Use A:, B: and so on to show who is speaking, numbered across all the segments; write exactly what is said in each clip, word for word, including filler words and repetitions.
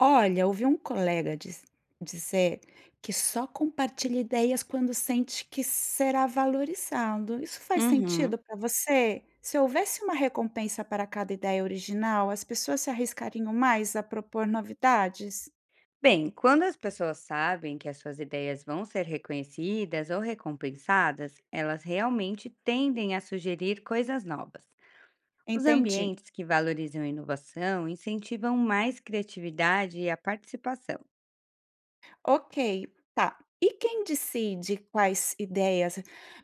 A: Olha, ouvi um colega dis- dizer que só compartilha ideias quando sente que será valorizado. Isso faz
B: Uhum.
A: sentido para você? Se houvesse uma recompensa para cada ideia original, as pessoas se arriscariam mais a propor novidades?
B: Bem, quando as pessoas sabem que as suas ideias vão ser reconhecidas ou recompensadas, elas realmente tendem a sugerir coisas novas. Os
A: Entendi.
B: ambientes que valorizam a inovação incentivam mais criatividade e a participação.
A: Ok, tá. E quem decide quais ideias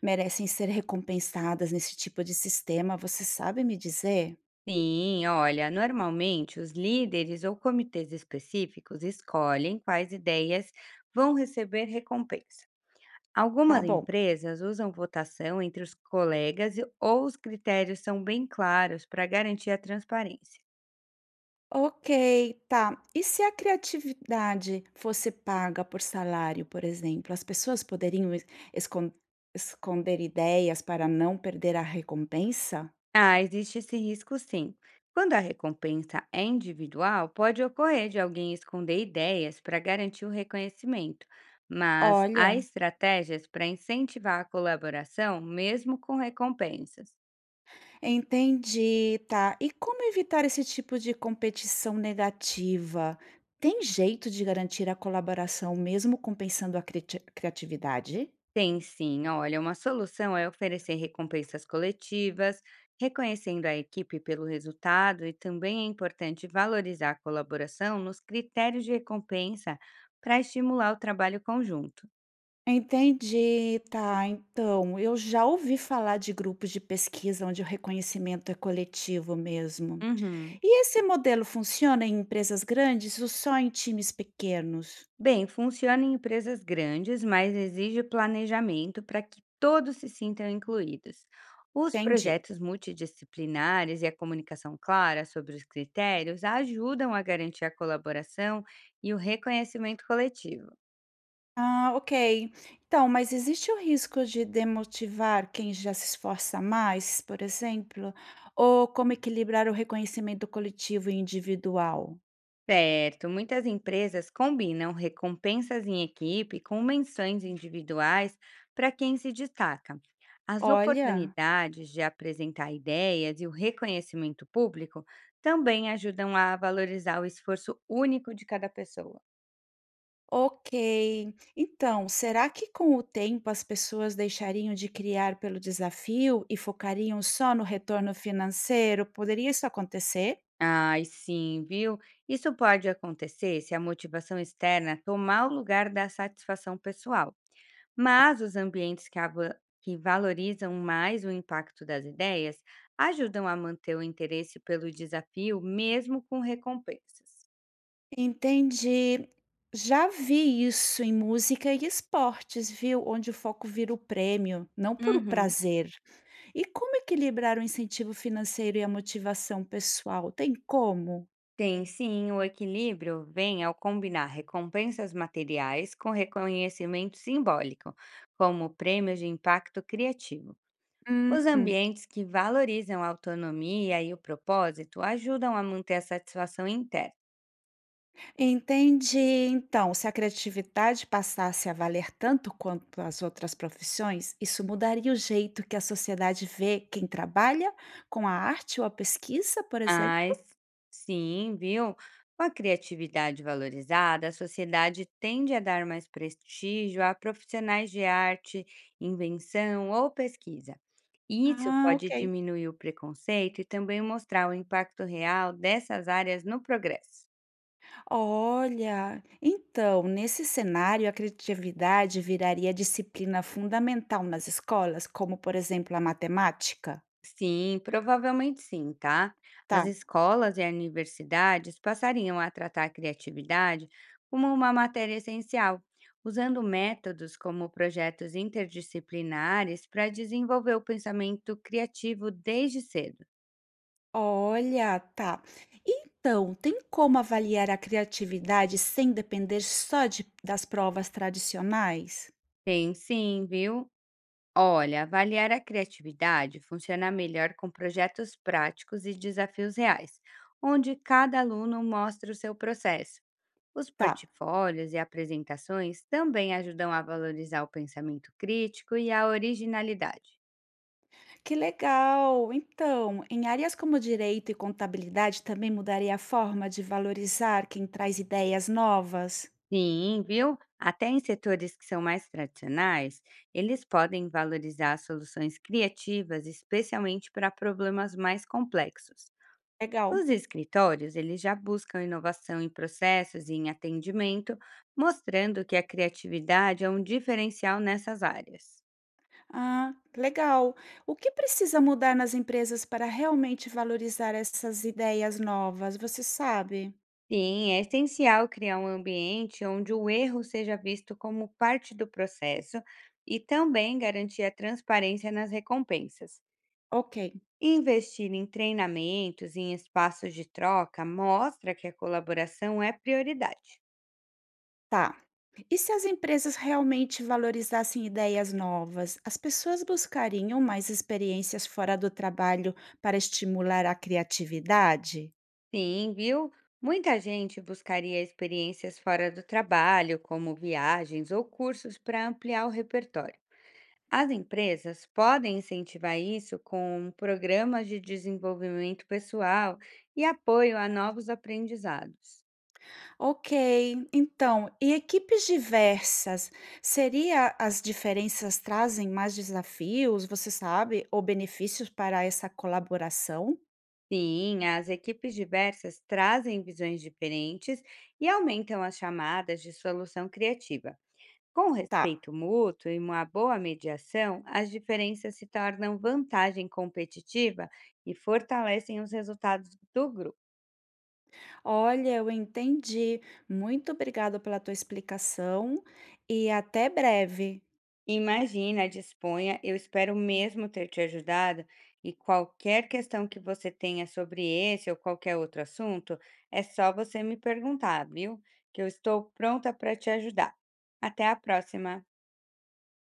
A: merecem ser recompensadas nesse tipo de sistema? Você sabe me dizer?
B: Sim, olha, normalmente os líderes ou comitês específicos escolhem quais ideias vão receber recompensa.
A: Tá
B: Algumas
A: bom.
B: empresas usam votação entre os colegas e- ou os critérios são bem claros para garantir a transparência.
A: Ok, tá. E se a criatividade fosse paga por salário, por exemplo, as pessoas poderiam es- escon- esconder ideias para não perder a recompensa?
B: Ah, existe esse risco sim. Quando a recompensa é individual, pode ocorrer de alguém esconder ideias para garantir o reconhecimento, mas há
A: Olha,
B: estratégias para incentivar a colaboração mesmo com recompensas.
A: entendi, tá. E como evitar esse tipo de competição negativa? Tem jeito de garantir a colaboração mesmo compensando a criati- criatividade?
B: Tem sim, olha, uma solução é oferecer recompensas coletivas, reconhecendo a equipe pelo resultado, e também é importante valorizar a colaboração nos critérios de recompensa para estimular o trabalho conjunto.
A: Entendi, tá. Então, eu já ouvi falar de grupos de pesquisa onde o reconhecimento é coletivo mesmo.
B: Uhum.
A: E esse modelo funciona em empresas grandes ou só em times pequenos?
B: Bem, funciona em empresas grandes, mas exige planejamento para que todos se sintam incluídos. Os
A: Entendi.
B: projetos multidisciplinares e a comunicação clara sobre os critérios ajudam a garantir a colaboração e o reconhecimento coletivo.
A: Ah, ok. Então, mas existe o risco de demotivar quem já se esforça mais, por exemplo? Ou como equilibrar o reconhecimento coletivo e individual?
B: Certo, muitas empresas combinam recompensas em equipe com menções individuais para quem se destaca. As
A: Olha.
B: oportunidades de apresentar ideias e o reconhecimento público também ajudam a valorizar o esforço único de cada pessoa.
A: Ok. Então, será que com o tempo as pessoas deixariam de criar pelo desafio e focariam só no retorno financeiro? Poderia isso acontecer?
B: Ai, sim, viu? Isso pode acontecer se a motivação externa tomar o lugar da satisfação pessoal. Mas os ambientes que, ava- que valorizam mais o impacto das ideias ajudam a manter o interesse pelo desafio, mesmo com recompensas.
A: Entendi. Já vi isso em música e esportes, viu? Onde o foco vira o prêmio, não por o
B: Uhum.
A: prazer. E como equilibrar o incentivo financeiro e a motivação pessoal? Tem como?
B: Tem sim, o equilíbrio vem ao combinar recompensas materiais com reconhecimento simbólico, como prêmios de impacto criativo. Os
A: Hum.
B: ambientes que valorizam a autonomia e o propósito ajudam a manter a satisfação interna.
A: Entendi. Então, se a criatividade passasse a valer tanto quanto as outras profissões, isso mudaria o jeito que a sociedade vê quem trabalha com a arte ou a pesquisa, por exemplo?
B: Ai, s sim, viu. Com a criatividade valorizada, a sociedade tende a dar mais prestígio a profissionais de arte, invenção ou pesquisa. E isso
A: Ah,
B: pode
A: ok.
B: diminuir o preconceito e também mostrar o impacto real dessas áreas no progresso.
A: Olha, então, nesse cenário, a criatividade viraria disciplina fundamental nas escolas, como, por exemplo, a matemática?
B: Sim, provavelmente sim, tá? As
A: Tá.
B: escolas e universidades passariam a tratar a criatividade como uma matéria essencial, usando métodos como projetos interdisciplinares para desenvolver o pensamento criativo desde cedo.
A: Olha, tá. Então, tem como avaliar a criatividade sem depender só de- das provas tradicionais?
B: Tem sim, viu? Olha, avaliar a criatividade funciona melhor com projetos práticos e desafios reais, onde cada aluno mostra o seu processo. Os
A: Tá,
B: portfólios e apresentações também ajudam a valorizar o pensamento crítico e a originalidade.
A: que legal. Então, em áreas como direito e contabilidade, também mudaria a forma de valorizar quem traz ideias novas?
B: Sim, viu? Até em setores que são mais tradicionais, eles podem valorizar soluções criativas, especialmente para problemas mais complexos.
A: Legal.
B: Os escritórios, eles já buscam inovação em processos e em atendimento, mostrando que a criatividade é um diferencial nessas áreas.
A: Ah, legal. O que precisa mudar nas empresas para realmente valorizar essas ideias novas? Você sabe?
B: Sim, é essencial criar um ambiente onde o erro seja visto como parte do processo e também garantir a transparência nas recompensas.
A: Ok,
B: Investir em treinamentos e em espaços de troca mostra que a colaboração é prioridade.
A: tá. E se as empresas realmente valorizassem ideias novas, as pessoas buscariam mais experiências fora do trabalho para estimular a criatividade?
B: Sim, viu? Muita gente buscaria experiências fora do trabalho, como viagens ou cursos para ampliar o repertório. As empresas podem incentivar isso com programas de desenvolvimento pessoal e apoio a novos aprendizados.
A: Ok, então, e equipes diversas? Seria as diferenças trazem mais desafios, você sabe, ou benefícios para essa colaboração?
B: Sim, as equipes diversas trazem visões diferentes e aumentam as chamadas de solução criativa. Com
A: Tá.
B: respeito mútuo e uma boa mediação, as diferenças se tornam vantagem competitiva e fortalecem os resultados do grupo.
A: Olha, eu entendi. Muito obrigada pela tua explicação e até breve.
B: Imagina, disponha, eu espero mesmo ter te ajudado, e qualquer questão que você tenha sobre esse ou qualquer outro assunto, é só você me perguntar, viu? Que eu estou pronta para te ajudar. Até a próxima!